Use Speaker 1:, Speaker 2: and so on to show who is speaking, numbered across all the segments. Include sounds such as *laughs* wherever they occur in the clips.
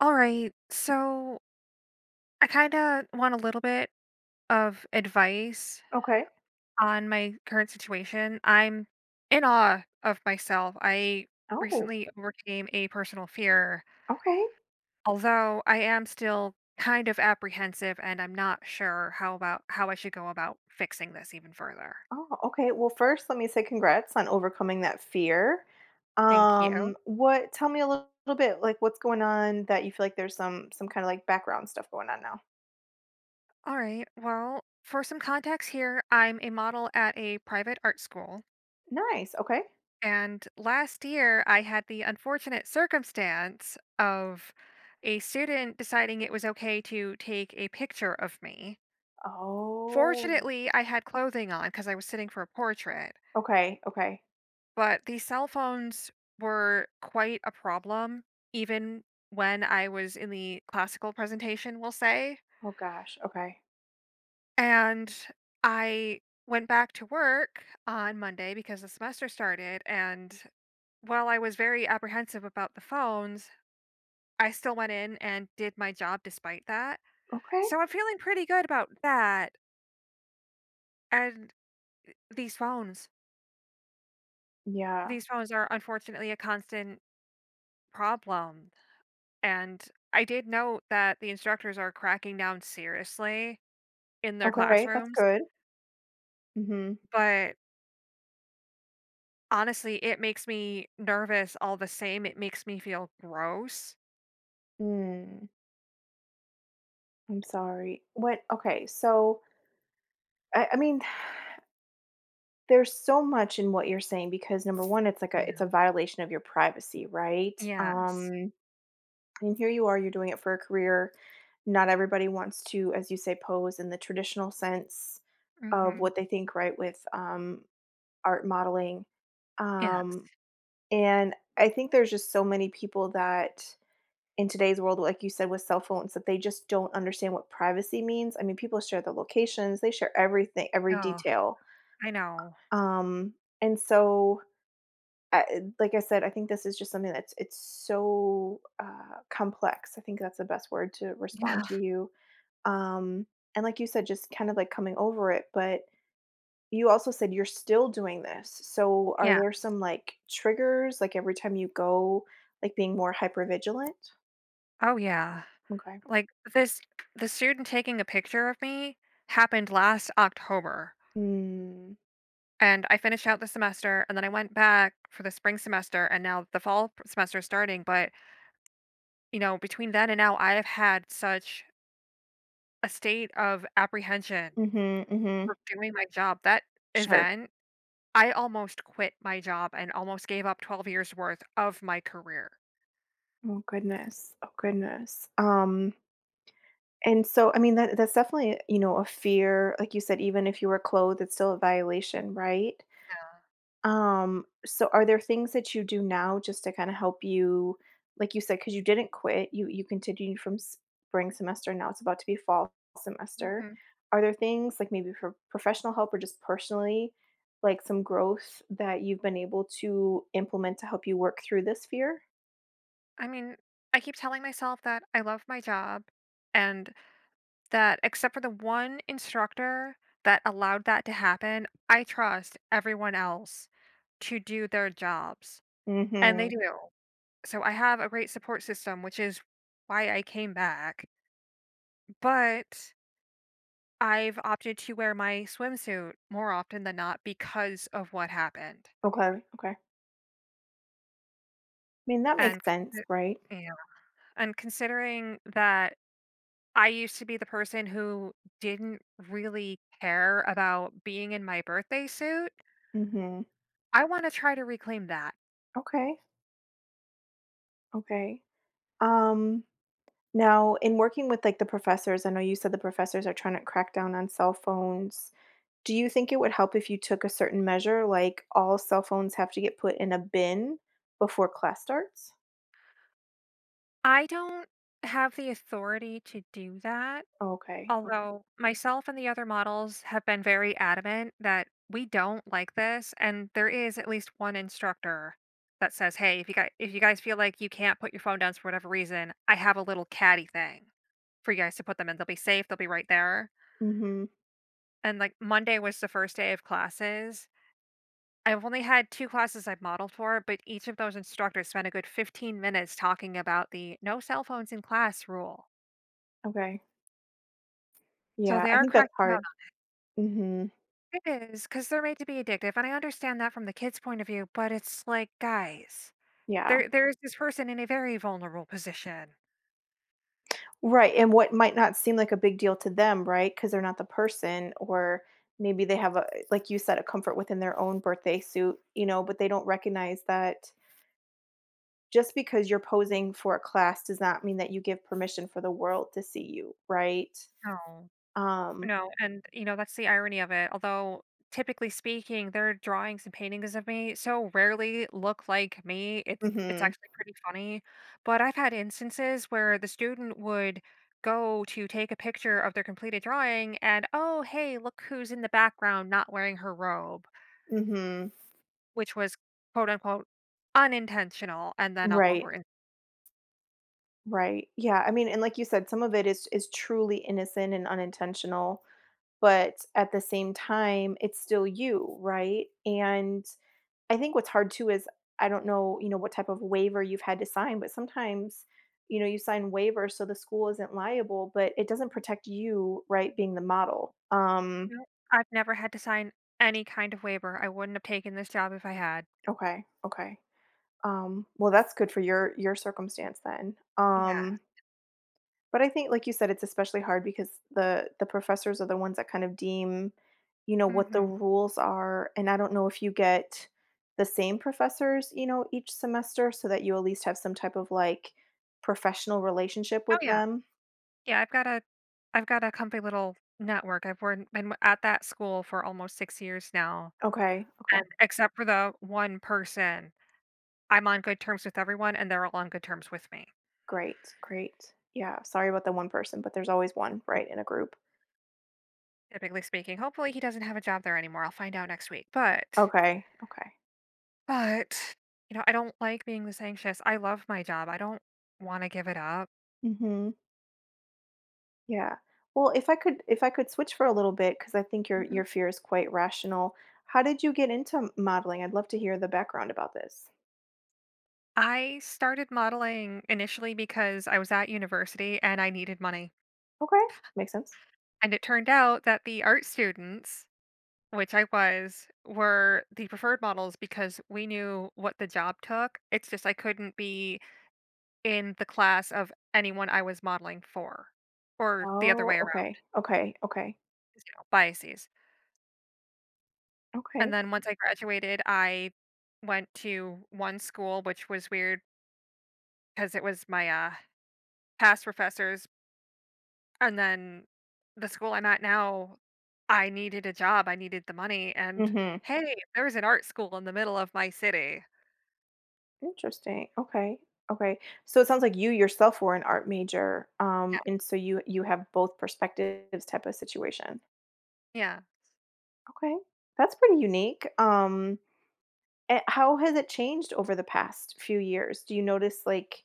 Speaker 1: All right. So I kind of want a little bit of advice
Speaker 2: Okay.
Speaker 1: on my current situation. I'm in awe of myself. I
Speaker 2: Oh,
Speaker 1: recently overcame a personal fear,
Speaker 2: okay.
Speaker 1: although I am still kind of apprehensive and I'm not sure how about how I should go about fixing this even further.
Speaker 2: Oh, okay. Well, first, let me say congrats on overcoming that fear.
Speaker 1: Thank you.
Speaker 2: What Tell me a little bit, like, what's going on that you feel like there's some kind of like background stuff going on now.
Speaker 1: All right. Well, for some context here, I'm a model at a private art school.
Speaker 2: Nice. Okay.
Speaker 1: And last year, I had the unfortunate circumstance of a student deciding it was okay to take a picture of me.
Speaker 2: Oh.
Speaker 1: Fortunately, I had clothing on because I was sitting for a portrait,
Speaker 2: Okay. Okay.
Speaker 1: but these cell phones were quite a problem, even when I was in the classical presentation, we'll say.
Speaker 2: Oh gosh. Okay.
Speaker 1: And I went back to work on Monday because the semester started, and while I was very apprehensive about the phones, I still went in and did my job despite that.
Speaker 2: Okay.
Speaker 1: So I'm feeling pretty good about that. And these phones,
Speaker 2: Yeah.
Speaker 1: these phones are unfortunately a constant problem. And I did note that the instructors are cracking down seriously in their
Speaker 2: Okay, that's
Speaker 1: classrooms,
Speaker 2: good. Mhm.
Speaker 1: but honestly, it makes me nervous all the same. It makes me feel gross.
Speaker 2: Mm, I'm sorry. What Okay, so I mean, there's so much in what you're saying because number 1, it's like
Speaker 1: Yeah.
Speaker 2: a violation of your privacy, right?
Speaker 1: Yes.
Speaker 2: And here you are, you're doing it for a career. Not everybody wants to, as you say, pose in the traditional sense of
Speaker 1: Mhm.
Speaker 2: what they think, right, with, art modeling.
Speaker 1: Yes.
Speaker 2: Um, and I think there's just so many people that, in today's world, like you said, with cell phones, that they just don't understand what privacy means. I mean, people share their locations, they share everything, every
Speaker 1: Oh,
Speaker 2: detail.
Speaker 1: I know.
Speaker 2: Um, and so, I, like I said, I think this is just something that's it's so complex. I think that's the best word to respond
Speaker 1: Yeah.
Speaker 2: to you. Um, and like you said, just kind of like coming over it. But you also said you're still doing this. So are
Speaker 1: Yeah.
Speaker 2: there some like triggers, like every time you go, like being more hyper vigilant?
Speaker 1: Oh, yeah.
Speaker 2: Okay.
Speaker 1: Like, this the student taking a picture of me happened last October,
Speaker 2: Mm.
Speaker 1: and I finished out the semester, and then I went back for the spring semester, and now the fall p semester is starting, but, you know, between then and now, I have had such a state of apprehension
Speaker 2: Mm-hmm. Mm-hmm.
Speaker 1: for doing my job. That
Speaker 2: Sure.
Speaker 1: event, I almost quit my job and almost gave up 12 years' worth of my career.
Speaker 2: Oh goodness. Oh goodness. And so, I mean, that's definitely, you know, a fear. Like you said, even if you were clothed, it's still a violation, right? So are there things that you do now just to kind of help you, like you said, because you didn't quit, you continued from spring semester, now it's about to be fall
Speaker 1: Yeah.
Speaker 2: semester.
Speaker 1: Mhm.
Speaker 2: Are there things like maybe for professional help or just personally, like some growth that you've been able to implement to help you work through this fear?
Speaker 1: I mean, I keep telling myself that I love my job, and that except for the one instructor that allowed that to happen, I trust everyone else to do their jobs, and they
Speaker 2: Mm-hmm.
Speaker 1: do. So I have a great support system, which is why I came back, but I've opted to wear my swimsuit more often than not because of what happened,
Speaker 2: Okay. Okay. I mean, that
Speaker 1: and
Speaker 2: makes sense, right?
Speaker 1: yeah, and considering that I used to be the person who didn't really care about being in my birthday suit,
Speaker 2: Mm-hmm.
Speaker 1: I wanna try to reclaim that.
Speaker 2: Okay. Okay. Um, Now, in working with, like, the professors, I know you said the professors are trying to crack down on cell phones. Do you think it would help if you took a certain measure, like all cell phones have to get put in a bin before class starts?
Speaker 1: I don't have the authority to do that,
Speaker 2: Okay. Okay.
Speaker 1: although myself and the other models have been very adamant that we don't like this, and there is at least one instructor that says, "Hey, if you guys feel like you can't put your phone down for whatever reason, I have a little caddy thing for you guys to put them in. They'll be safe, they'll be right there."
Speaker 2: Mm-hmm.
Speaker 1: And, like, Monday was the first day of classes, I've only had 2 classes I've modeled for, but each of those instructors spent a good 15 minutes talking about the "no cell phones in class" rule.
Speaker 2: Okay.
Speaker 1: So
Speaker 2: Yeah,
Speaker 1: they
Speaker 2: I
Speaker 1: are
Speaker 2: think that's
Speaker 1: cracking out
Speaker 2: hard.
Speaker 1: on
Speaker 2: Mm-hmm.
Speaker 1: 'cause they're made to be addictive, and I understand that from the kid's point of view, but it's like, guys,
Speaker 2: Yeah.
Speaker 1: there is this person in a very vulnerable position.
Speaker 2: Right. And what might not seem like a big deal to them, right? Because they're not the person, or maybe they have a, like you said, a comfort within their own birthday suit, you know, but they don't recognize that just because you're posing for a class does not mean that you give permission for the world to see you, right?
Speaker 1: No.
Speaker 2: Um,
Speaker 1: No, and, you know, that's the irony of it, although, typically speaking, their drawings and paintings of me so rarely look like me, it's
Speaker 2: mhm,
Speaker 1: actually pretty funny, but I've had instances where the student would go to take a picture of their completed drawing and, "Oh, hey, look who's in the background not wearing her robe,"
Speaker 2: mhm.
Speaker 1: which was, quote, unquote, "unintentional," and then all over
Speaker 2: Right,
Speaker 1: Instagram.
Speaker 2: right. Yeah, I mean, and like you said, some of it is truly innocent and unintentional, but at the same time, it's still you, right? And I think what's hard too is I don't know, you know, what type of waiver you've had to sign, but sometimes, you know, you sign waivers so the school isn't liable, but it doesn't protect you, right, being the model.
Speaker 1: I've never had to sign any kind of waiver, I wouldn't have taken this job if I had.
Speaker 2: Okay, okay. Well, that's good for your circumstance then.
Speaker 1: Yeah.
Speaker 2: But I think, like you said, it's especially hard because the professors are the ones that kind of deem, you know, what the
Speaker 1: Mhm.
Speaker 2: rules are. And I don't know if you get the same professors, you know, each semester, so that you at least have some type of like professional relationship
Speaker 1: Oh,
Speaker 2: with
Speaker 1: yeah.
Speaker 2: them.
Speaker 1: Yeah, I've got a comfy little network. I've worn been at that school for almost 6 years now,
Speaker 2: Okay, okay,
Speaker 1: and except for the one person, I'm on good terms with everyone, and they're all on good terms with me,
Speaker 2: great, great. Yeah, sorry about the one person, but there's always one, right, in a group.
Speaker 1: typically speaking. Hopefully, he doesn't have a job there anymore, I'll find out next week, but
Speaker 2: Okay, okay.
Speaker 1: but, you know, I don't like being this anxious. I love my job, I don't wanna give it up.
Speaker 2: Mm-hmm. Yeah. Well, if I could switch for a little bit, because I think your
Speaker 1: Mhm.
Speaker 2: fear is quite rational. How did you get into modeling? I'd love to hear the background about this.
Speaker 1: I started modeling initially because I was at university and I needed money,
Speaker 2: Okay. Makes sense.
Speaker 1: and it turned out that the art students, which I was, were the preferred models because we knew what the job took. It's just I couldn't be in the class of anyone I was modeling for, or the other way
Speaker 2: Oh,
Speaker 1: around,
Speaker 2: okay. Okay. Okay.
Speaker 1: 'cause, you know, biases. And
Speaker 2: Okay.
Speaker 1: then once I graduated, I went to one school, which was weird because it was my past professors. And then the school I'm at now, I needed a job, I needed the money. And
Speaker 2: Mhm.
Speaker 1: hey, there was an art school in the middle of my city.
Speaker 2: Interesting. Okay. Okay. So it sounds like you yourself were an art major,
Speaker 1: Yeah.
Speaker 2: and so you have both perspectives type of situation.
Speaker 1: Yeah.
Speaker 2: Okay. That's pretty unique. How has it changed over the past few years? Do you notice like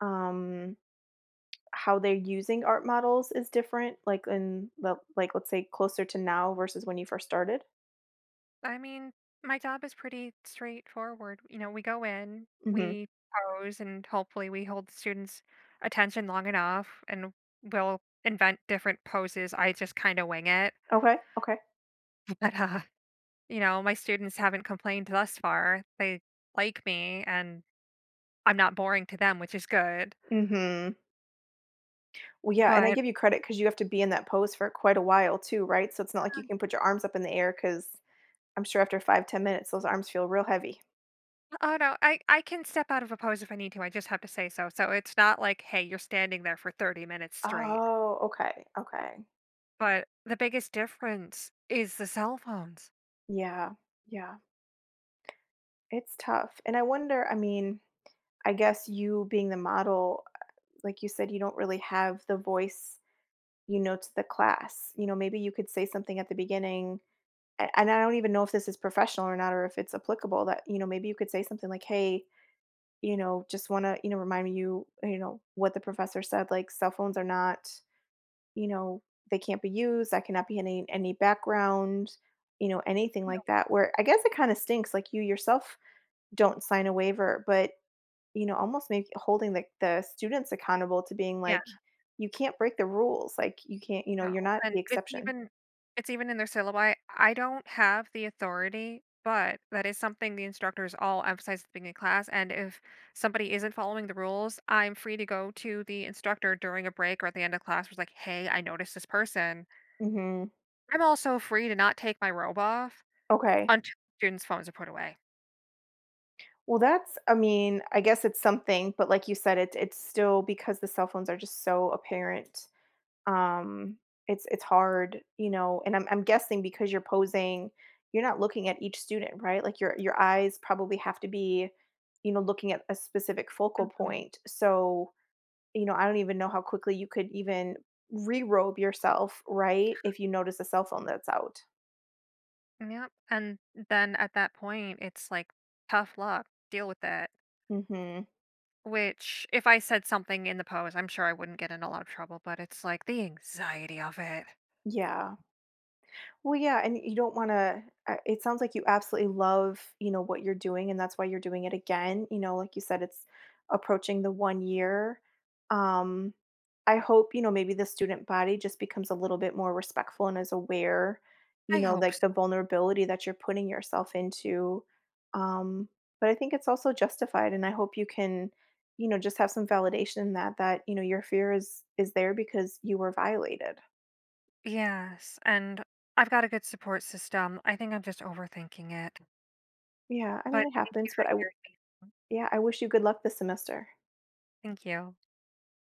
Speaker 2: um how they're using art models is different, like, in the let's say closer to now versus when you first started?
Speaker 1: I mean, my job is pretty straightforward. You know, we go in,
Speaker 2: Mhm.
Speaker 1: we pose, and hopefully we hold the students' attention long enough, and we'll invent different poses. I just kind of wing it.
Speaker 2: Okay, okay.
Speaker 1: *laughs* But, you know, my students haven't complained thus far. They like me, and I'm not boring to them, which is good.
Speaker 2: Mhm. Well, yeah, and I
Speaker 1: But,
Speaker 2: give you credit because you have to be in that pose for quite a while too, right? So it's not like you
Speaker 1: um,
Speaker 2: can put your arms up in the air because 'cause I'm sure after 5, 10 minutes, those arms feel real heavy.
Speaker 1: oh no, I can step out of a pose if I need to. I just have to say so. So it's not like, hey, you're standing there for 30 minutes straight.
Speaker 2: Oh, okay, okay.
Speaker 1: But the biggest difference is the cell phones.
Speaker 2: Yeah, yeah. It's tough, and I mean, I guess you being the model, like you said, you don't really have the voice, you know, to the class. You know, maybe you could say something at the beginning, and I don't even know if this is professional or not, or if it's applicable. That you know, maybe you could say something like, "Hey, you know, just want to you know remind you, you know, what the professor said. Like, cell phones are not, you know, they can't be used. That cannot be any background, you know, anything like that." Where I guess it kind of stinks. Like you yourself don't sign a waiver, but you know, almost make holding the students accountable to being
Speaker 1: Yeah.
Speaker 2: like you can't break the rules. Like you can't, you know,
Speaker 1: No,
Speaker 2: you're not
Speaker 1: and
Speaker 2: the exception.
Speaker 1: it's even in their syllabi. I don't have the authority, but that is something the instructors all emphasize at the beginning of class, and if somebody isn't following the rules, I'm free to go to the instructor during a break or at the end of class was like, "Hey, I noticed this person."
Speaker 2: Mhm.
Speaker 1: I'm also free to not take my robe off
Speaker 2: Okay.
Speaker 1: until students' phones are put away.
Speaker 2: Well, that's I mean, I guess it's something, but like you said, it's still because the cell phones are just so apparent. Um, it's hard, you know, and I'm guessing because you're posing, you're not looking at each student, right? Like your eyes probably have to be, you know, looking at a specific focal
Speaker 1: Mhm.
Speaker 2: point. So, you know, I don't even know how quickly you could even re-robe yourself, right? If you notice a cell phone that's out.
Speaker 1: Yep, and then at that point, it's like, tough luck, deal with it.
Speaker 2: Mhm.
Speaker 1: Which, if I said something in the pose, I'm sure I wouldn't get in a lot of trouble, but it's like the anxiety of it.
Speaker 2: Yeah. Well, yeah, and you don't wanna, it sounds like you absolutely love, you know, what you're doing, and that's why you're doing it again, you know, like you said, it's approaching the 1 year. Um, I hope, you know, maybe the student body just becomes a little bit more respectful and is aware, you
Speaker 1: I
Speaker 2: know,
Speaker 1: hope
Speaker 2: like
Speaker 1: so.
Speaker 2: the vulnerability that you're putting yourself into, um, but I think it's also justified, and I hope you can, you know, just have some validation in that that, you know, your fear is there because you were violated.
Speaker 1: Yes. And I've got a good support system. I think I'm just overthinking it.
Speaker 2: Yeah, I mean,
Speaker 1: But
Speaker 2: it
Speaker 1: thank you
Speaker 2: happens, but I.
Speaker 1: for hearing me.
Speaker 2: Yeah, I wish you good luck this semester.
Speaker 1: Thank you.